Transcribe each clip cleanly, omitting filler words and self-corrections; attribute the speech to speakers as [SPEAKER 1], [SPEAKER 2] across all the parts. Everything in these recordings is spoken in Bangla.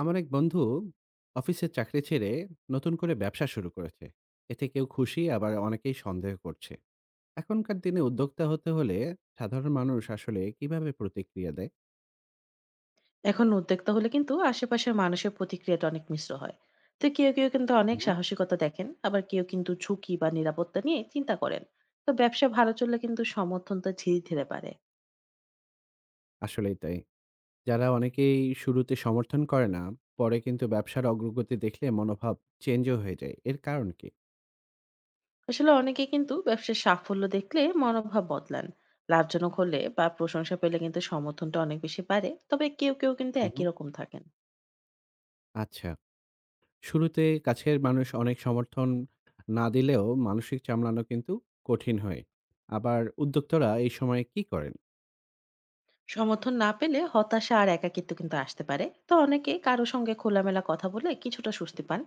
[SPEAKER 1] আমার এক বন্ধু অফিসের চাকরি ছেড়ে নতুন করে ব্যবসা শুরু করেছে। এতে কেউ খুশি, আবার অনেকেই সন্দেহ করছে। এখনকার দিনে উদ্যোক্তা হতে হলে সাধারণ মানুষ আসলে কিভাবে প্রতিক্রিয়া দেয়?
[SPEAKER 2] এখন উদ্যোক্তা হলে কিন্তু আশেপাশের মানুষের প্রতিক্রিয়াটা অনেক মিশ্র হয়। তো কেউ কেউ কিন্তু অনেক
[SPEAKER 1] হুম,
[SPEAKER 2] সাহসিকতা দেখেন, আবার কেউ কিন্তু ঝুঁকি বা নিরাপত্তা নিয়ে চিন্তা করেন। তো ব্যবসা ভালো চললে কিন্তু সমর্থনটা ধীরে ধীরে বাড়ে।
[SPEAKER 1] আসলেই তাই। যারা অনেকেই শুরুতে সমর্থন করে না, পরে কিন্তু ব্যবসার অগ্রগতি দেখলে মনোভাব চেঞ্জও হয়ে যায়। এর কারণ কি?
[SPEAKER 2] আসলে অনেকে কিন্তু ব্যবসার সাফল্য দেখলে মনোভাব বদলান। লাভজনক হলে বা প্রশংসা পেলে কিন্তু সমর্থনটা অনেক বেশি বাড়ে, তবে কেউ কেউ কিন্তু
[SPEAKER 1] হুম।
[SPEAKER 2] একই রকম থাকেন।
[SPEAKER 1] আচ্ছা, শুরুতে কাছের মানুষ অনেক সমর্থন না দিলেও মানসিক চামলানো কিন্তু কঠিন হয়। আবার উদ্যোক্তারা এই সময় কি করেন?
[SPEAKER 2] সমর্থন না পেলে হতাশা আর একাকিত্ব কিন্তু আসতে পারে। তো অনেকে কারো সঙ্গে খোলামেলা কথা বলে কিছুটা স্বস্তি পান।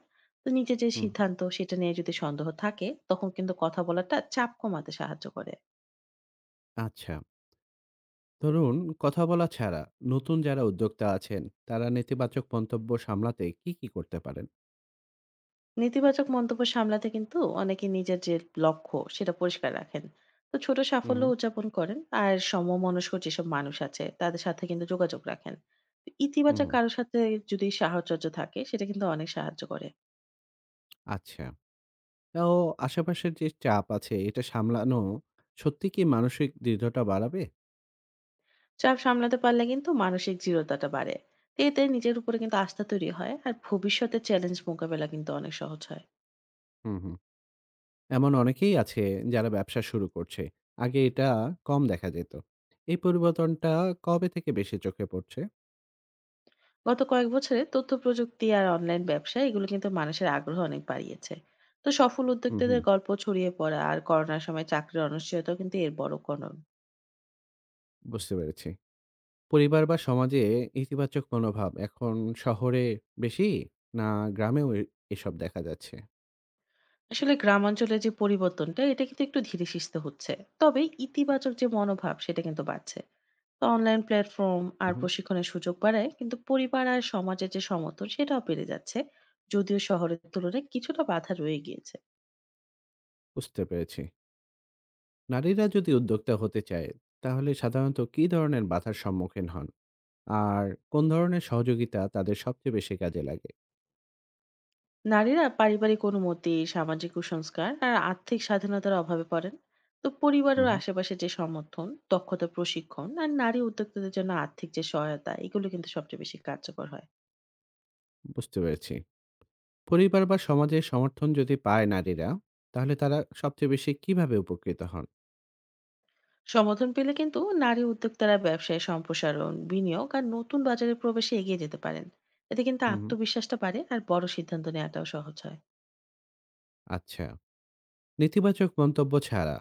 [SPEAKER 2] তো নিজের যে সিদ্ধান্ত সেটা নিয়ে যদি সন্দেহ থাকে, তখন কিন্তু কথা বলাটা চাপ কমাতে সাহায্য করে।
[SPEAKER 1] আচ্ছা, ধরুন, কথা বলা ছাড়া নতুন যারা উদ্যোক্তা আছেন, তারা নেতিবাচক মন্তব্য সামলাতে কি করতে পারেন?
[SPEAKER 2] নেতিবাচক মন্তব্য সামলাতে কিন্তু অনেকে নিজের যে লক্ষ্য সেটা পরিষ্কার রাখেন। তো ছোট
[SPEAKER 1] হুম,
[SPEAKER 2] সাফল্য
[SPEAKER 1] হুম,
[SPEAKER 2] উদযাপন করেন আর সমমনস্ক যেসব মানুষ আছে তাদের সাথে কিন্তু যোগাযোগ রাখেন।
[SPEAKER 1] হুম,
[SPEAKER 2] ইতিবাচক
[SPEAKER 1] হুম।
[SPEAKER 2] কারোর সাথে যদি সাহচর্য থাকে, সেটা কিন্তু অনেক সাহায্য করে।
[SPEAKER 1] আচ্ছা। তাও আশেপাশের যে চাপ আছে, এটা সামলানো সত্যি কি মানসিক দৃঢ়তা বাড়াবে?
[SPEAKER 2] চাপ সামলাতে পারলে কিন্তু মানসিক দৃঢ়তাটা বাড়ে। তো এতে নিজের উপরে কিন্তু আস্থা তৈরি হয় আর ভবিষ্যতে চ্যালেঞ্জ মোকাবেলা কিন্তু অনেক সহজ হয়।
[SPEAKER 1] হুম, হুম। এমন অনেকেই আছে যারা ব্যবসা শুরু করছে। আগে এটা কম দেখা যেত। এই পরিবর্তনটা কবে থেকে বেশি চোখে পড়ছে?
[SPEAKER 2] গত কয়েক বছরে তথ্য প্রযুক্তি আর অনলাইন ব্যবসা এগুলো কিন্তু মানুষের আগ্রহ অনেক বাড়িয়েছে। তো সফল
[SPEAKER 1] হুম,
[SPEAKER 2] উদ্যোক্তাদের
[SPEAKER 1] হুম।
[SPEAKER 2] গল্প ছড়িয়ে পড়া আর করোনার সময় চাকরির অনিশ্চয়তা কিন্তু এর বড় কারণ।
[SPEAKER 1] বুঝতে পেরেছি। পরিবার বা সমাজে ইতিবাচক মনোভাব এখন শহরে বেশি, না গ্রামেও এ- এসব দেখা যাচ্ছে?
[SPEAKER 2] আসলে গ্রামাঞ্চলে যে পরিবর্তনটা, এটা কিন্তু একটু ধীরে সুস্থে হচ্ছে। তবে ইতিবাচক যে মনোভাব সেটা কিন্তু বাড়ছে। অনলাইন প্ল্যাটফর্ম আর
[SPEAKER 1] মহম।
[SPEAKER 2] প্রশিক্ষণের সুযোগ বাড়ায় কিন্তু পরিবার আর সমাজের যে সমর্থন সেটাও বেড়ে যাচ্ছে। যদিও শহরের তুলনায় কিছুটা বাধা রয়ে গিয়েছে।
[SPEAKER 1] বুঝতে পেরেছি। নারীরা যদি উদ্যোক্তা হতে চায় তাহলে সাধারণত কী ধরনের বাধার সম্মুখীন হন, আর কোন ধরনের সহযোগিতা তাদের সবচেয়ে বেশি কাজে লাগে?
[SPEAKER 2] নারীরা পারিবারিক অনুমতি, সামাজিক কুসংস্কার আর আর্থিক স্বাধীনতার অভাবে পড়েন। তো পরিবার ও
[SPEAKER 1] মহম।
[SPEAKER 2] আশেপাশে যে সমর্থন, দক্ষতা প্রশিক্ষণ আর নারী উদ্যোক্তাদের জন্য আর্থিক যে সহায়তা, এগুলো কিন্তু সবচেয়ে বেশি কার্যকর হয়।
[SPEAKER 1] বুঝতে পেরেছি। পরিবার বা সমাজের সমর্থন যদি পায় নারীরা, তাহলে তারা সবচেয়ে বেশি কিভাবে উপকৃত হন?
[SPEAKER 2] সমর্থন পেলে কিন্তু নারী উদ্যোক্তারা ব্যবসায় সম্প্রসারণ, বিনিয়োগ আর নতুন বাজারে প্রবেশে এগিয়ে যেতে পারেন। এতে কিন্তু
[SPEAKER 1] মহম।
[SPEAKER 2] আত্মবিশ্বাসটা বাড়ে আর বড় সিদ্ধান্ত নেওয়াটাও সহজ হয়।
[SPEAKER 1] আচ্ছা, নেতিবাচক মন্তব্য ছাড়া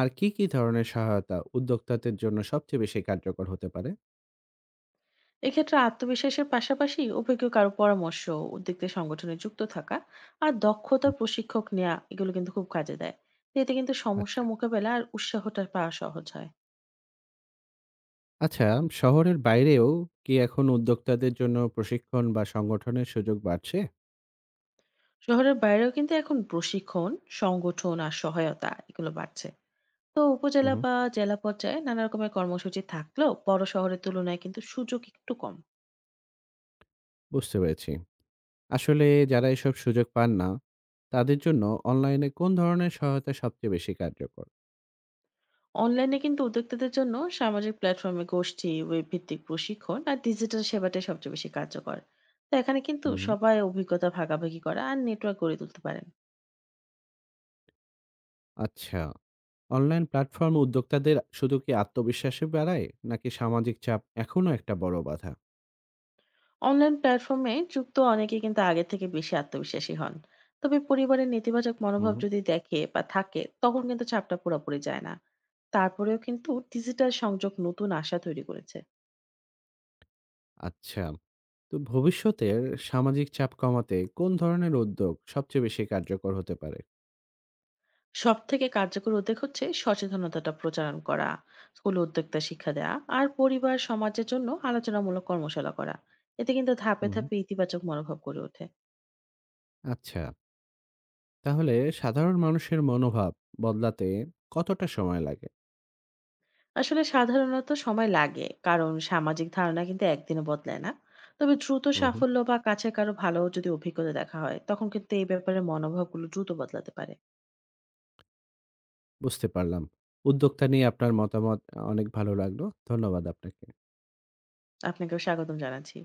[SPEAKER 1] আর কি ধরনের সহায়তা উদ্যোক্তাদের জন্য সবচেয়ে বেশি কার্যকর হতে পারে?
[SPEAKER 2] এক্ষেত্রে আত্মবিশ্বাসের পাশাপাশি অভিজ্ঞ কারো পরামর্শ, উদ্যোক্তা সংগঠনে যুক্ত থাকা আর দক্ষতার
[SPEAKER 1] হুম,
[SPEAKER 2] প্রশিক্ষক নেওয়া, এগুলো কিন্তু খুব কাজে দেয়। তো এতে কিন্তু সমস্যা
[SPEAKER 1] আচ্ছা।
[SPEAKER 2] মোকাবেলা আর উৎসাহটা পাওয়া সহজ হয়।
[SPEAKER 1] আচ্ছা, শহরের বাইরেও কি এখন উদ্যোক্তাদের জন্য প্রশিক্ষণ বা সংগঠনের সুযোগ বাড়ছে?
[SPEAKER 2] শহরের বাইরেও কিন্তু এখন প্রশিক্ষণ, সংগঠন আর সহায়তা এগুলো বাড়ছে। তো
[SPEAKER 1] হুম,
[SPEAKER 2] উপজেলা
[SPEAKER 1] হুম।
[SPEAKER 2] বা জেলা পর্যায়ে নানা রকমের কর্মসূচি থাকলেও বড় শহরের তুলনায় কিন্তু সুযোগ একটু কম।
[SPEAKER 1] বুঝতে পেরেছি। আসলে যারা এসব সুযোগ পান না, তাদের জন্য অনলাইনে কোন ধরনের সহায়তা সবচেয়ে বেশি কার্যকর?
[SPEAKER 2] অনলাইনে কিন্তু উদ্যোক্তাদের জন্য সামাজিক প্ল্যাটফর্মে গোষ্ঠী, ওয়েব ভিত্তিক প্রশিক্ষণ আর ডিজিটাল সেবাটাই সবচেয়ে বেশি কার্যকর। তো এখানে কিন্তু
[SPEAKER 1] হুম, হুম।
[SPEAKER 2] সবাই অভিজ্ঞতা ভাগাভাগি করা আর নেটওয়ার্ক গড়ে তুলতে পারেন।
[SPEAKER 1] আচ্ছা, অনলাইন প্ল্যাটফর্ম উদ্যোক্তাদের শুধু কি আত্মবিশ্বাসী বাড়ায়, নাকি সামাজিক চাপ এখনো একটা বড় বাধা?
[SPEAKER 2] অনলাইন প্ল্যাটফর্মে যুক্ত অনেকে কিন্তু আগে থেকে বেশি আত্মবিশ্বাসী হন। তবে পরিবারের নেতিবাচক
[SPEAKER 1] হুম,
[SPEAKER 2] মনোভাব
[SPEAKER 1] হুম।
[SPEAKER 2] যদি দেখে বা থাকে, তখন কিন্তু চাপটা পুরোপুরি যায় না। তারপরেও কিন্তু ডিজিটাল সংযোগ নতুন আশা তৈরি করেছে।
[SPEAKER 1] আচ্ছা, তো ভবিষ্যতের সামাজিক চাপ কমাতে কোন ধরনের উদ্যোগ সবচেয়ে বেশি কার্যকর হতে পারে?
[SPEAKER 2] সবথেকে কার্যকর উদ্যোগ হচ্ছে সচেতনতাটা প্রচারণ করা, স্কুলে উদ্যোক্তা শিক্ষা দেওয়া আর পরিবার সমাজের জন্য আলোচনামূলক কর্মশালা করা। এতে কিন্তু ধাপে
[SPEAKER 1] হুম, হুম।
[SPEAKER 2] ধাপে ইতিবাচক মনোভাব গড়ে ওঠে।
[SPEAKER 1] আচ্ছা, তাহলে সাধারণ মানুষের মনোভাব বদলাতে কতটা সময় লাগে?
[SPEAKER 2] আসলে সাধারণত সময় লাগে, কারণ সামাজিক ধারণা কিন্তু একদিনে বদলায় না। তবে দ্রুত
[SPEAKER 1] হুম, হুম।
[SPEAKER 2] সাফল্য বা কাছে কারো ভালো যদি অভিজ্ঞতা দেখা হয়, তখন কিন্তু এই ব্যাপারে মনোভাবগুলো দ্রুত বদলাতে পারে।
[SPEAKER 1] বুঝতে পারলাম। উদ্যোক্তা নিয়ে আপনার মতামত অনেক ভালো লাগলো। ধন্যবাদ আপনাকে।
[SPEAKER 2] আপনাকেও স্বাগতম জানাচ্ছি।